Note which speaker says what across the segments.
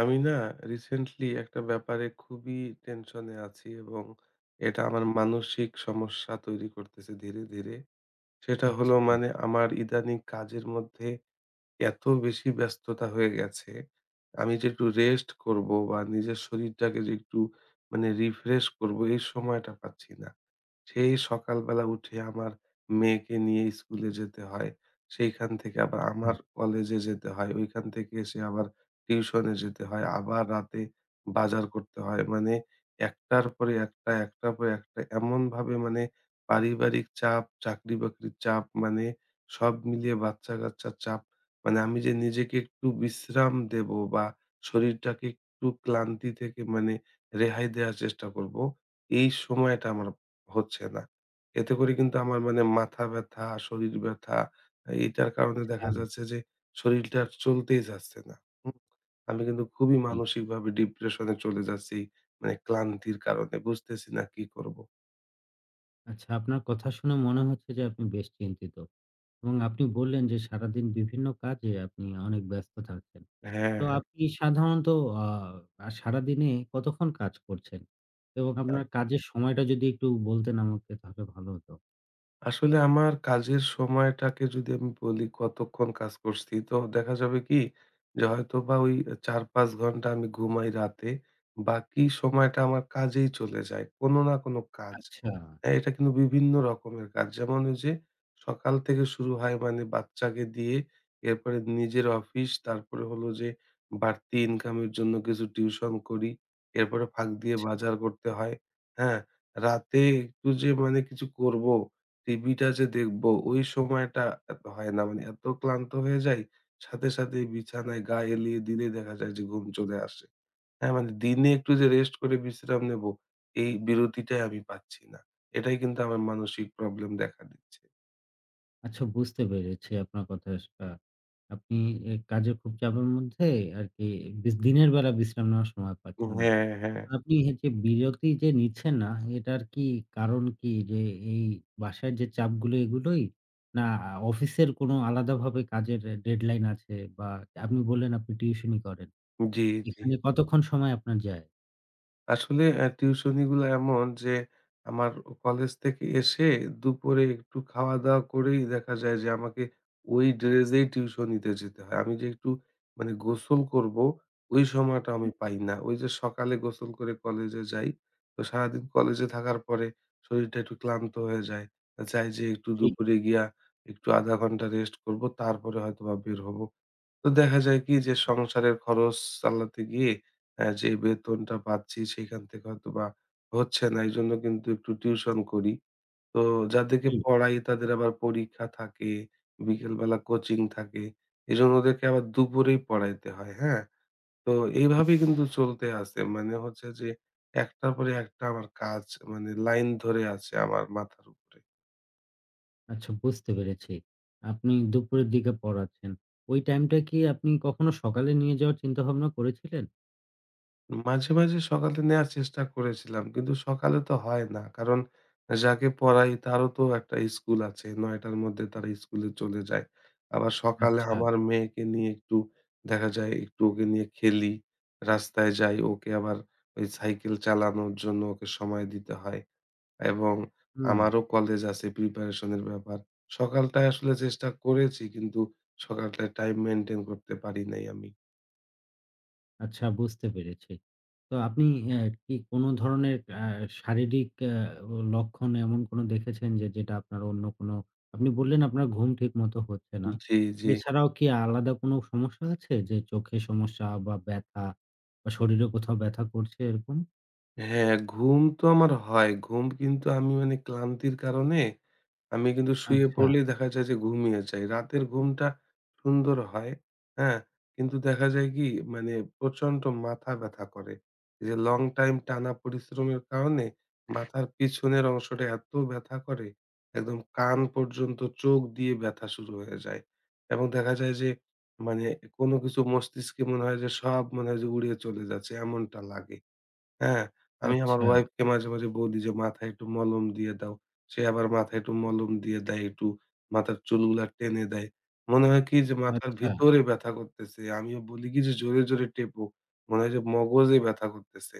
Speaker 1: আমি না রিসেন্টলি একটা ব্যাপারে খুবই টেনশনে আছি এবং এটা আমার মানসিক সমস্যা তৈরি করতেছে ধীরে ধীরে। সেটা হলো
Speaker 2: আচ্ছা,
Speaker 1: আমার ইদানিং কাজের মধ্যে এত বেশি ব্যস্ততা হয়ে গেছে। আমি যে একটু রেস্ট করব বা নিজের শরীরটাকে যে একটু রিফ্রেশ করব এই সময়টা পাচ্ছি না। সেই সকালবেলা উঠে আমার মেয়েকে নিয়ে স্কুলে যেতে হয়। সেইখান থেকে আবার আমার কলেজে যেতে হয়। ওইখান থেকে এসে আবার টিউশনে যেতে হয়। আবার রাতে বাজার করতে হয়। একটার পরে একটা, একটার পরে একটা এমনভাবে পারিবারিক চাপ, চাকরি-বাকরির চাপ, সব মিলিয়ে বাচ্চা-কাচ্চার চাপ। আমি যে নিজেকে একটু বিশ্রাম দেবো বা শরীরটাকে একটু ক্লান্তি থেকে রেহাই দেয়ার চেষ্টা করব, এই সময়টা আমার হচ্ছে না। এতে করে কিন্তু আমার মাথা ব্যথা, শরীর ব্যথা, এটার কারণে
Speaker 2: আচ্ছা,
Speaker 1: দেখা যাচ্ছে
Speaker 2: আচ্ছা,
Speaker 1: যে শরীরটা আর চলতেই যাচ্ছে না। হুম? আমি কিন্তু খুবই
Speaker 2: জি।
Speaker 1: মানসিকভাবে ডিপ্রেশনে চলে যাচ্ছি। ক্লান্তির কারণে বুঝতেছি না কি করব?
Speaker 2: আচ্ছা, আপনার কথা শুনে মনে হচ্ছে যে আপনি বেশ চিন্তিত। এবং আপনি বললেন যে সারাদিন বিভিন্ন কাজে আপনি অনেক ব্যস্ত থাকছেন।
Speaker 1: হ্যাঁ,
Speaker 2: তো আপনি সাধারণত আ আ সারাদিনে কতক্ষণ কাজ করছেন? এবং
Speaker 1: হ্যাঁ।
Speaker 2: আপনার কাজের সময়টা যদি একটু বলতেন আমাকে তাহলে ভালো হতো।
Speaker 1: আসলে আমার কাজের সময়টাকে যদি আমি বলি কতক্ষণ কাজ করছি, তো দেখা যাবে কি, যে হয়তো বা ওই ৪-৫ ঘন্টা আমি ঘুমাই রাতে। বাকি সময়টা আমার কাজেই চলে যায়। কোনো না কোনো কাজ।
Speaker 2: আচ্ছা,
Speaker 1: হ্যাঁ, এটা কিন্তু বিভিন্ন রকমের কাজ। যেমন ওই যে সকাল থেকে শুরু হয়, বাচ্চাকে দিয়ে, এরপরে নিজের অফিস, তারপরে হলো যে বাড়তি ইনকামের জন্য কিছু টিউশন করি। এরপরে ফাঁক দিয়ে
Speaker 2: আচ্ছা,
Speaker 1: বাজার করতে হয়। হ্যাঁ? রাতে একটু যে কিছু করবো, টিভিটা যে দেখবো, ওই সময়টা এত হয় না। এত ক্লান্ত হয়ে যাই, সাথে সাথেই
Speaker 2: আচ্ছা,
Speaker 1: বিছানায় গা এলিয়ে দিলেই দেখা যায় যে ঘুম চলে আসে। হ্যাঁ, দিনে একটু যে রেস্ট করে বিশ্রাম নেবো, এই বিরতিটাই আমি পাচ্ছি না। এটাই কিন্তু আমার মানসিক প্রবলেম দেখা দিচ্ছে।
Speaker 2: আচ্ছা বুঝতে পেরেছি আপনার কথা সা আপনি এ কাজের খুব চাপের মধ্যে আরকি দিনের বেলা বিশ্রাম নেওয়ার সময় পাচ্ছেন না।
Speaker 1: হ্যাঁ, হ্যাঁ।
Speaker 2: আপনি এই যে বিরতি যে নিচ্ছেন না, এটার কি কারণ কি? যে এই বাসার যে চাপগুলো এগুলোই? না অফিসের কোনো আলাদাভাবে কাজের ডেডলাইন আছে বা আপনি বললেন আপনি টিউশনি করেন।
Speaker 1: জি, জি।
Speaker 2: এখানে কতক্ষণ সময় আপনার যায়?
Speaker 1: আসলে টিউশনিগুলো এমন যে আমার কলেজ থেকে এসে দুপুরে একটু খাওয়া-দাওয়া করেই দেখা যায় যে আমাকে ওই ড্রেসেই টিউশনিতে যেতে হয়। আমি যে একটু গোসল করব, ওই সময়টা আমি পাই
Speaker 2: আচ্ছা।
Speaker 1: না। ওই যে সকালে গোসল করে কলেজে যাই। তো সারাদিন কলেজে থাকার পরে শরীরটা একটু ক্লান্ত হয়ে যায়। চাই যে একটু
Speaker 2: জি,
Speaker 1: দুপুরে গিয়া একটু ০.৫ ঘন্টা রেস্ট করব। তারপরে হয়তোবা বের হব। তো দেখা যায় কি, যে সংসারের খরচ চালাতে গিয়ে যে বেতনটা পাচ্ছি সেখান থেকে হয়তোবা হচ্ছে না। এইজন্য কিন্তু একটু টিউশন করি। তো যাদেরকে
Speaker 2: জি।
Speaker 1: পড়াই তাদের আবার পরীক্ষা থাকে, বিকেলবেলা কোচিং থাকে। এজন্য ওদেরকে আবার দুপুরেই পড়াইতে হয়, হ্যাঁ? তো এইভাবেই কিন্তু চলতে আছে। হচ্ছে যে একটার পরে একটা আমার কাজ লাইন ধরে আছে আমার মাথার উপরে।
Speaker 2: আচ্ছা বুঝতে পেরেছি। আপনি দুপুরের দিকে পড়াচ্ছেন। ওই টাইমটা কি আপনি কখনো সকালে নিয়ে যাওয়ার চিন্তাভাবনা করেছিলেন?
Speaker 1: মাঝে মাঝে সকালে নেয়ার চেষ্টা করেছিলাম। কিন্তু সকালে তো হয় না। কারণ যাকে পড়াই তারও তো একটা স্কুল আছে। ৯ টার মধ্যে তারা স্কুলে চলে যায়। আবার সকালে
Speaker 2: আচ্ছা,
Speaker 1: আমার মেয়েকে নিয়ে একটু দেখা যায়, একটু ওকে নিয়ে খেলি, রাস্তায় যাই। ওকে আবার ওই সাইকেল চালানোর জন্য ওকে সময় দিতে হয়, এবং
Speaker 2: হুম।
Speaker 1: আমারও কলেজ আছে, প্রিপারেশন এর ব্যাপার। সকালটায় আসলে চেষ্টা করেছি কিন্তু সকালটায় টাইম মেইনটেইন করতে পারি নাই আমি।
Speaker 2: আচ্ছা বুঝতে পেরেছি। তো আপনি অ্যা কি কোনো ধরনের শারীরিক লক্ষণ এমন কোনো দেখেছেন যে যেটা আপনার অন্য কোনো আপনি বললেন আপনার ঘুম ঠিকমতো হচ্ছে না।
Speaker 1: জি, জি।
Speaker 2: এছাড়াও কি আলাদা কোনো সমস্যা আছে যে চোখে সমস্যা বা ব্যথা বা শরীরে কোথাও ব্যথা করছে এরকম?
Speaker 1: হ্যাঁ, ঘুম তো আমার হয়। ঘুম কিন্তু আমি ক্লান্তির কারণে আমি কিন্তু শুয়ে
Speaker 2: আচ্ছা,
Speaker 1: পড়লেই দেখা যায় যে ঘুমিয়ে যাই। রাতের ঘুমটা সুন্দর হয়, হ্যাঁ? কিন্তু দেখা যায় কি, মানে প্রচন্ড মাথা ব্যথা করে। এই যে লং টাইম টানা পরিশ্রমের কারণে মাথার পিছনের অংশটা এত ব্যথা করে, একদম কান পর্যন্ত চোখ দিয়ে ব্যথা শুরু হয়ে যায়। এবং দেখা যায় যে মানে কোনো কিছু মস্তিষ্কে মনে হয় যে, সব মনে হয় যে উড়িয়ে চলে যাচ্ছে, এমনটা লাগে। হ্যাঁ, আমি আমার
Speaker 2: আচ্ছা,
Speaker 1: ওয়াইফকে মাঝে মাঝে বলি যে, "মাথায় একটু মলম দিয়ে দাও।" সে আবার মাথায় একটু মলম দিয়ে দেয়, একটু মাথার চুলগুলা টেনে দেয়। মনে হয় কি যে মাথার
Speaker 2: আচ্ছা,
Speaker 1: ভিতরে ব্যথা করতেছে। আমিও বলি কি যে, "জোরে জোরে টেপো।" মনে হয় যে মগজে ব্যথা করতেছে।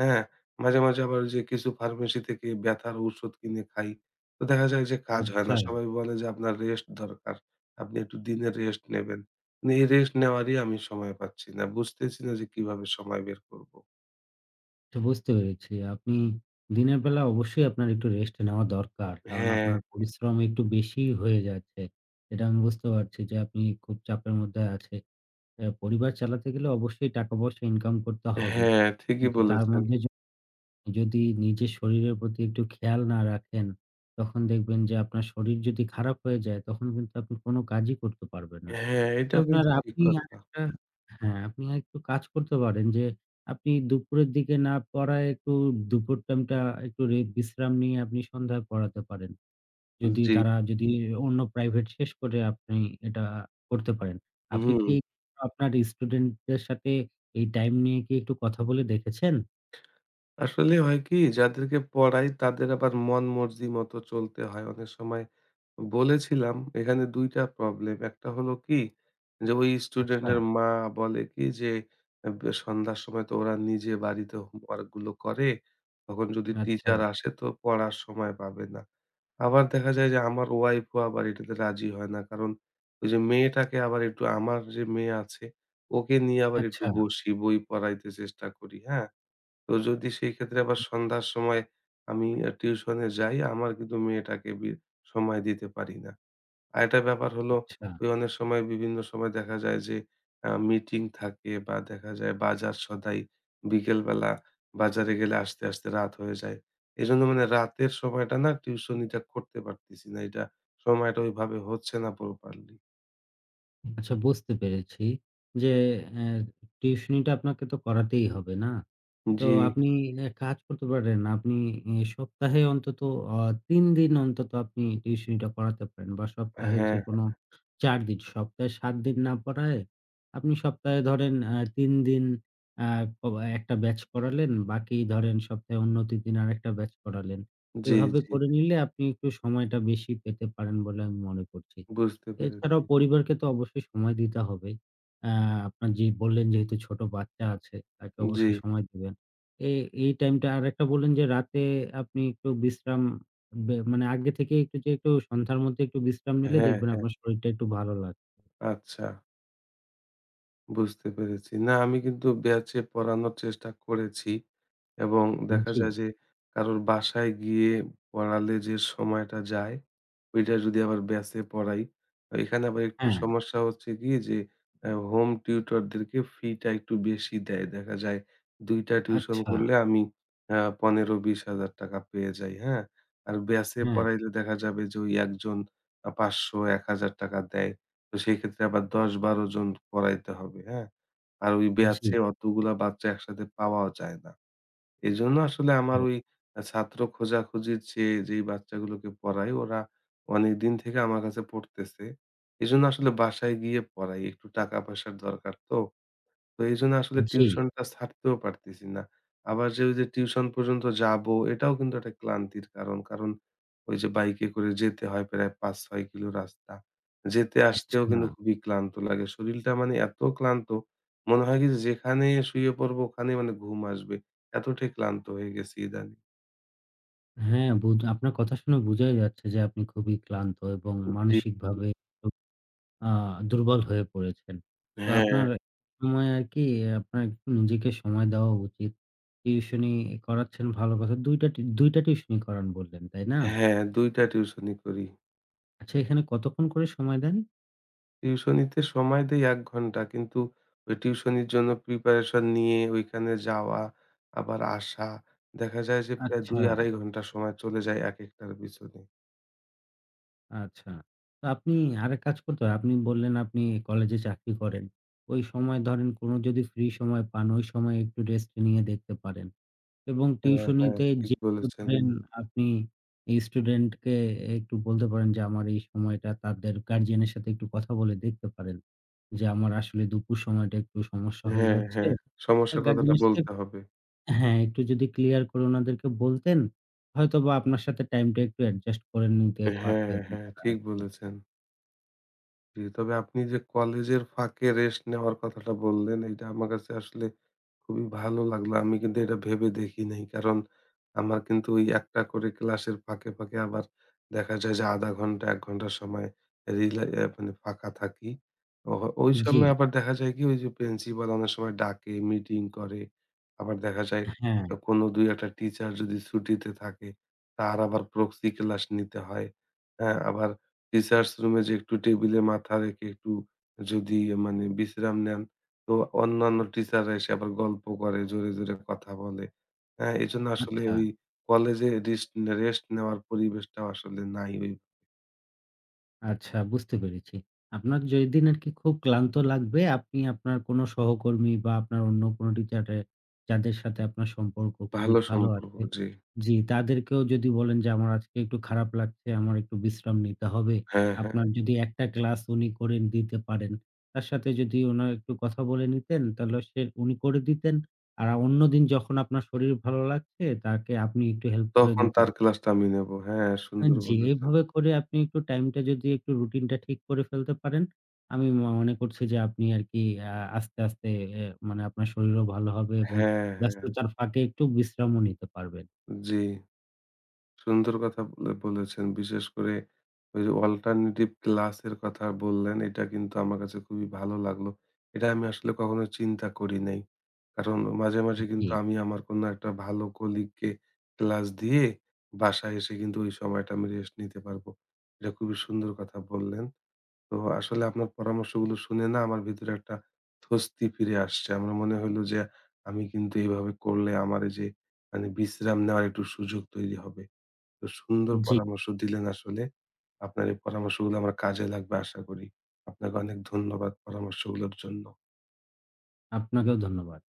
Speaker 1: হ্যাঁ? মাঝে মাঝে আবার যে কিছু ফার্মেসি থেকে ব্যথার ঔষধ কিনে খাই। তো দেখা যায় যে কাজ হয় না।
Speaker 2: আচ্ছা।
Speaker 1: সবাই বলে যে, "আপনার রেস্ট দরকার। আপনি একটু দিনে রেস্ট নেবেন।" কিন্তু এই রেস্ট নেওয়ারই আমি সময় পাচ্ছি না। বুঝতেছি না যে কিভাবে সময় বের করব।
Speaker 2: আচ্ছা বুঝতে পেরেছি। আপনি দিনের বেলা অবশ্যই আপনার একটু রেস্ট নেওয়া দরকার। কারণ
Speaker 1: হ্যাঁ।
Speaker 2: আপনার পরিশ্রম একটু বেশিই হয়ে যাচ্ছে। এটা আমি বুঝতে পারছি যে আপনি খুব চাপের মধ্যে আছে। পরিবার চালাতে গেলে অবশ্যই টাকা-পয়সা ইনকাম করতে হবে।
Speaker 1: হ্যাঁ, ঠিকই
Speaker 2: কিন্তু তার
Speaker 1: বলেছেন।
Speaker 2: মধ্যে যদি নিজের শরীরের প্রতি একটু খেয়াল না রাখেন, তখন দেখবেন যে আপনার শরীর যদি খারাপ হয়ে যায়, তখন কিন্তু আপনি কোন কাজই করতে পারবেন না।
Speaker 1: হ্যাঁ, এটাও
Speaker 2: আপনার
Speaker 1: কিন্তু ঠিক
Speaker 2: আপনি
Speaker 1: কথা।
Speaker 2: আরেকটা হ্যাঁ, আপনি আরেকটু কাজ করতে পারেন যে, আপনি দুপুরের দিকে না পড়ায় একটু দুপুর টাইমটা একটু বিশ্রাম নিয়ে আপনি সন্ধ্যায় পড়াতে পারেন। যদি
Speaker 1: জি।
Speaker 2: তারা যদি অন্য প্রাইভেট শেষ করে আপনি এটা করতে পারেন। আপনি
Speaker 1: হুম।
Speaker 2: কি আপনার স্টুডেন্টদের সাথে এই টাইম নিয়ে কি একটু কথা বলে দেখেছেন?
Speaker 1: আসলে হয় কি, যাদেরকে পড়াই তাদের আবার মন মর্জি মতো চলতে হয়। অনেক সময় বলেছিলাম, এখানে ২ টা প্রবলেম। একটা হলো কি, যে ওই
Speaker 2: আচ্ছা,
Speaker 1: স্টুডেন্টের মা বলে কি যে, আ বে সন্ধ্যার সময় তো ওরা নিজে বাড়িতে হোমওয়ার্ক গুলো করে। তখন যদি
Speaker 2: আচ্ছা,
Speaker 1: টিচার আসে তো পড়ার সময় পাবে না। আবার দেখা যায় যে আমার ওয়াইফও আবার এটাতে রাজি হয় না। কারণ ওই যে মেয়েটাকে আবার একটু, আমার যে মেয়ে আছে ওকে নিয়ে আবার একটু
Speaker 2: আচ্ছা,
Speaker 1: বসি, বই পড়াইতে চেষ্টা করি, হ্যাঁ? তো যদি সেই ক্ষেত্রে আবার সন্ধ্যার সময় আমি টিউশনে যাই, আমার কিন্তু মেয়েটাকে সময় দিতে পারি না। আরেকটা ব্যাপার হলো
Speaker 2: আচ্ছা,
Speaker 1: ওই অনেক সময়, বিভিন্ন সময় দেখা যায় যে মিটিং থাকে বা দেখা যায় বাজার সদাই, বিকেলবেলা বাজারে গেলে আসতে আসতে রাত হয়ে যায়। এজন্য রাতের সময়টা না টিউশনিটা করতে পারতেছি না। এটা, সময়টা ওইভাবে হচ্ছে না প্রপারলি।
Speaker 2: আচ্ছা বুঝতে পেরেছি যে, অ্যা টিউশনিটা আপনাকে তো করাতেই হবে, না? তো
Speaker 1: জি,
Speaker 2: আপনি এক কাজ করতে পারেন। আপনি এ সপ্তাহে অন্তত অ ৩ দিন অন্তত আপনি টিউশনিটা করাতে পারেন বা সপ্তাহে
Speaker 1: হ্যাঁ,
Speaker 2: যেকোনো ৪ দিন। সপ্তাহে ৭ দিন না পড়ায় আপনি সপ্তাহে ধরেন ৩ দিন আ ক একটা ব্যাচ করালেন, বাকি ধরেন সপ্তাহে অন্য ৩ দিন আরেকটা ব্যাচ করালেন।
Speaker 1: জি,
Speaker 2: এভাবে
Speaker 1: জি।
Speaker 2: করে নিলে আপনি একটু সময়টা বেশি পেতে পারেন বলে আমি মনে করছি।
Speaker 1: বুঝতে পেরেছি।
Speaker 2: এছাড়াও পরিবারকে তো অবশ্যই সময় দিতে হবে। আ আপনার যে বললেন যেহেতু ছোট বাচ্চা আছে, তাকে
Speaker 1: জি,
Speaker 2: অবশ্যই সময় দিবেন। এ এই টাইমটা আরেকটা বললেন যে রাতে আপনি একটু বিশ্রাম মানে আগে থেকে একটু যে একটু সন্ধ্যার মধ্যে একটু বিশ্রাম নিলে
Speaker 1: হ্যাঁ,
Speaker 2: দেখবেন
Speaker 1: হ্যাঁ।
Speaker 2: আপনার শরীরটা একটু ভালো লাগবে।
Speaker 1: আচ্ছা। বুঝতে পেরেছি। না, আমি কিন্তু ব্যাচে পড়ানোর চেষ্টা করেছি। এবং দেখা
Speaker 2: জি,
Speaker 1: যায় যে কারোর বাসায় গিয়ে পড়ালে যে সময়টা যায়, ওইটা যদি আবার ব্যাচে পড়াই, এখানে আবার একটু
Speaker 2: হ্যাঁ,
Speaker 1: সমস্যা হচ্ছে কি যে হোম টিউটরদেরকে ফিটা একটু বেশি দেয়। দেখা যায় ২ টা টিউশন
Speaker 2: আচ্ছা,
Speaker 1: করলে আমি আ ১৫,০০০-২০,০০০ টাকা পেয়ে যাই, হ্যাঁ? আর ব্যাচে
Speaker 2: হ্যাঁ,
Speaker 1: পড়াইলে দেখা যাবে যে ওই একজন ৫০০-১,০০০ টাকা দেয়। তো সেক্ষেত্রে আবার ১০-১২ জন পড়াইতে হবে, হ্যাঁ? আর ওই
Speaker 2: জি,
Speaker 1: ব্যাচে অতগুলা বাচ্চা একসাথে পাওয়াও যায় না। এজন্য আসলে আমার
Speaker 2: ও
Speaker 1: ওই আ ছাত্র খোঁজাখুঁজির চেয়ে যেই বাচ্চাগুলোকে পড়াই ওরা অনেকদিন থেকে আমার কাছে পড়তেছে। এজন্য আসলে বাসায় গিয়ে পড়াই। একটু টাকা পয়সার দরকার তো। তো এইজন্য আসলে
Speaker 2: জি,
Speaker 1: টিউশনটা ছাড়তেও পারতেছি না। আবার যে ওই যে টিউশন পর্যন্ত যাবো এটাও কিন্তু একটা ক্লান্তির কারণ। কারণ ওই যে বাইকে করে যেতে হয় প্রায় ৫-৬ কিলো রাস্তা। যেতে আসতেও
Speaker 2: আচ্ছা।
Speaker 1: কিন্তু খুবই ক্লান্ত লাগে। শরীরটা এত ক্লান্ত, মনে হয় কি যে যেখানে শুয়ে পড়বো ওখানেই ঘুম আসবে। এতটাই ক্লান্ত হয়ে গেছি ইদানিং।
Speaker 2: হ্যাঁ, আপনার কথা শুনে বোঝাই যাচ্ছে যে আপনি খুবই ক্লান্ত এবং
Speaker 1: জি, জি।
Speaker 2: মানসিকভাবে আ দুর্বল হয়ে পড়েছেন। তো
Speaker 1: হ্যাঁ।
Speaker 2: আপনার সময় আরকি আপনার একটু নিজেকে সময় দেওয়া উচিত। টিউশনি করাচ্ছেন ভালো কথা। ২ টা টিউশনি করান বললেন, তাই না?
Speaker 1: হ্যাঁ, ২ টা টিউশনি করি।
Speaker 2: আচ্ছা এখানে কতক্ষণ করে সময় দেন?
Speaker 1: টিউশনিতে সময় দেই ১ ঘন্টা। কিন্তু ওই টিউশনির জন্য প্রিপারেশন নিয়ে ওইখানে যাওয়া, আবার আসা, দেখা যায় যে প্রায়
Speaker 2: আচ্ছা,
Speaker 1: ২-২.৫ ঘন্টা সময় চলে যায় একেকটার পিছনে।
Speaker 2: আচ্ছা। তো আপনি আরেক কাজ করতে হয়। আপনি বললেন আপনি কলেজে চাকরি করেন। ওই সময় ধরেন কোন যদি ফ্রি সময় পান, ওই সময়ে একটু রেস্ট নিয়ে দেখতে পারেন। এবং
Speaker 1: হ্যাঁ, হ্যাঁ,
Speaker 2: টিউশনিতে
Speaker 1: ঠিক
Speaker 2: যেহেতু
Speaker 1: বলেছেন।
Speaker 2: ধরেন আপনি এই স্টুডেন্টকে একটু বলতে পারেন যে, আমার এই সময়টা তাদের গার্ডিয়ানের সাথে একটু কথা বলে দেখতে পারেন। যে আমার আসলে দুপুর সময়টা একটু সমস্যা হয়ে
Speaker 1: হ্যাঁ,
Speaker 2: যাচ্ছে।
Speaker 1: হ্যাঁ,
Speaker 2: হুম।
Speaker 1: সমস্যার কথাটা
Speaker 2: গার্ডিয়ানের সাথে
Speaker 1: বলতে হবে।
Speaker 2: হ্যাঁ, একটু যদি ক্লিয়ার করে ওনাদেরকে বলতেন, হয়তোবা আপনার সাথে টাইমটা একটু অ্যাডজাস্ট করে নিতে
Speaker 1: হ্যাঁ,
Speaker 2: পারতেন
Speaker 1: হ্যাঁ,
Speaker 2: তারা
Speaker 1: ঠিক
Speaker 2: আরকি।
Speaker 1: বলেছেন। জি, তবে আপনি যে কলেজের ফাঁকে রেস্ট নেওয়ার কথাটা বললেন, এটা আমার কাছে আসলে খুবই ভালো লাগলো। আমি কিন্তু এটা ভেবে দেখি নাই। কারণ আমার কিন্তু ওই একটা করে ক্লাসের ফাঁকে ফাঁকে আবার দেখা যায় যে ০.৫ ঘন্টা ১ ঘন্টা সময় রিলা অ্যা মানে ফাঁকা থাকি। ও ওই
Speaker 2: জি,
Speaker 1: সময় আবার দেখা যায় কি, ওই যে প্রিন্সিপাল অনেক সময় ডাকে, মিটিং করে। আবার দেখা যায়
Speaker 2: হ্যাঁ,
Speaker 1: কোনো ২-১ টা টিচার যদি ছুটিতে থাকে, তার আবার প্রক্সি ক্লাস নিতে হয়। হ্যাঁ? আবার রিসার্চ রুমে যে একটু টেবিলে মাথা রেখে একটু যদি বিশ্রাম নেন, তো অন্যান্য টিচাররা এসে আবার গল্প করে, জোরে জোরে কথা বলে। হ্যাঁ? এজন্য আসলে
Speaker 2: আচ্ছা।
Speaker 1: ওই কলেজে রেস্ট নেওয়ার পরিবেশটাও আসলে নাই। ওই
Speaker 2: আচ্ছা বুঝতে পেরেছি। আপনার যেদিন আরকি খুব ক্লান্ত লাগবে আপনি আপনার কোনো সহকর্মী বা আপনার অন্য কোনো টিচারে যাদের সাথে আপনার সম্পর্ক খুবই
Speaker 1: ভালো
Speaker 2: ভালো
Speaker 1: সম্পর্ক
Speaker 2: আছে
Speaker 1: জি।
Speaker 2: জি, তাদেরকেও যদি বলেন যে আমার আজকে একটু খারাপ লাগছে, আমার একটু বিশ্রাম নিতে হবে।
Speaker 1: হ্যাঁ, হ্যাঁ।
Speaker 2: আপনার যদি একটা ক্লাস উনি করে দিতে পারেন, তার সাথে যদি ওনার একটু কথা বলে নিতেন তাহলে সে উনি করে দিতেন। আর অন্যদিন যখন আপনার শরীর ভালো লাগছে তাকে আপনি একটু হেল্প করে
Speaker 1: তখন
Speaker 2: দিতেন।
Speaker 1: তার ক্লাসটা আমি নেব। হ্যাঁ, সুন্দর
Speaker 2: জি,
Speaker 1: বলেছেন।
Speaker 2: এভাবে করে আপনি একটু টাইমটা যদি একটু রুটিনটা ঠিক করে ফেলতে পারেন, আমি মনে করছি যে আপনি আরকি আ আস্তে, আস্তে এ মানে আপনার শরীরও ভালো হবে এবং
Speaker 1: হ্যাঁ, হ্যাঁ।
Speaker 2: ব্যস্ততার ফাঁকে একটু বিশ্রামও নিতে পারবেন।
Speaker 1: জি। সুন্দর কথা বলে বলেছেন। বিশেষ করে ওই যে অল্টারনেটিভ ক্লাসের কথা বললেন, এটা কিন্তু আমার কাছে খুবই ভালো লাগলো। এটা আমি আসলে কখনো চিন্তা করি নাই। কারণ মাঝে মাঝে
Speaker 2: জি,
Speaker 1: কিন্তু আমি আমার কোনো একটা ভালো কলিগকে ক্লাস দিয়ে বাসায় এসে কিন্তু ওই সময়টা আমি রেস্ট নিতে পারবো। এটা খুবই সুন্দর কথা বললেন। তো আসলে আপনার পরামর্শগুলো শুনে না আমার ভিতরে একটা স্বস্তি ফিরে আসছে। আমার মনে হইলো যে আমি কিন্তু এভাবে করলে আমার এই যে বিশ্রাম নেওয়ার একটু সুযোগ তৈরি হবে। তো সুন্দর
Speaker 2: জি,
Speaker 1: পরামর্শ দিলেন আসলে। আপনার এই পরামর্শগুলো আমার কাজে লাগবে আশা করি। আপনাকে অনেক ধন্যবাদ পরামর্শগুলোর জন্য।
Speaker 2: আপনাকেও ধন্যবাদ।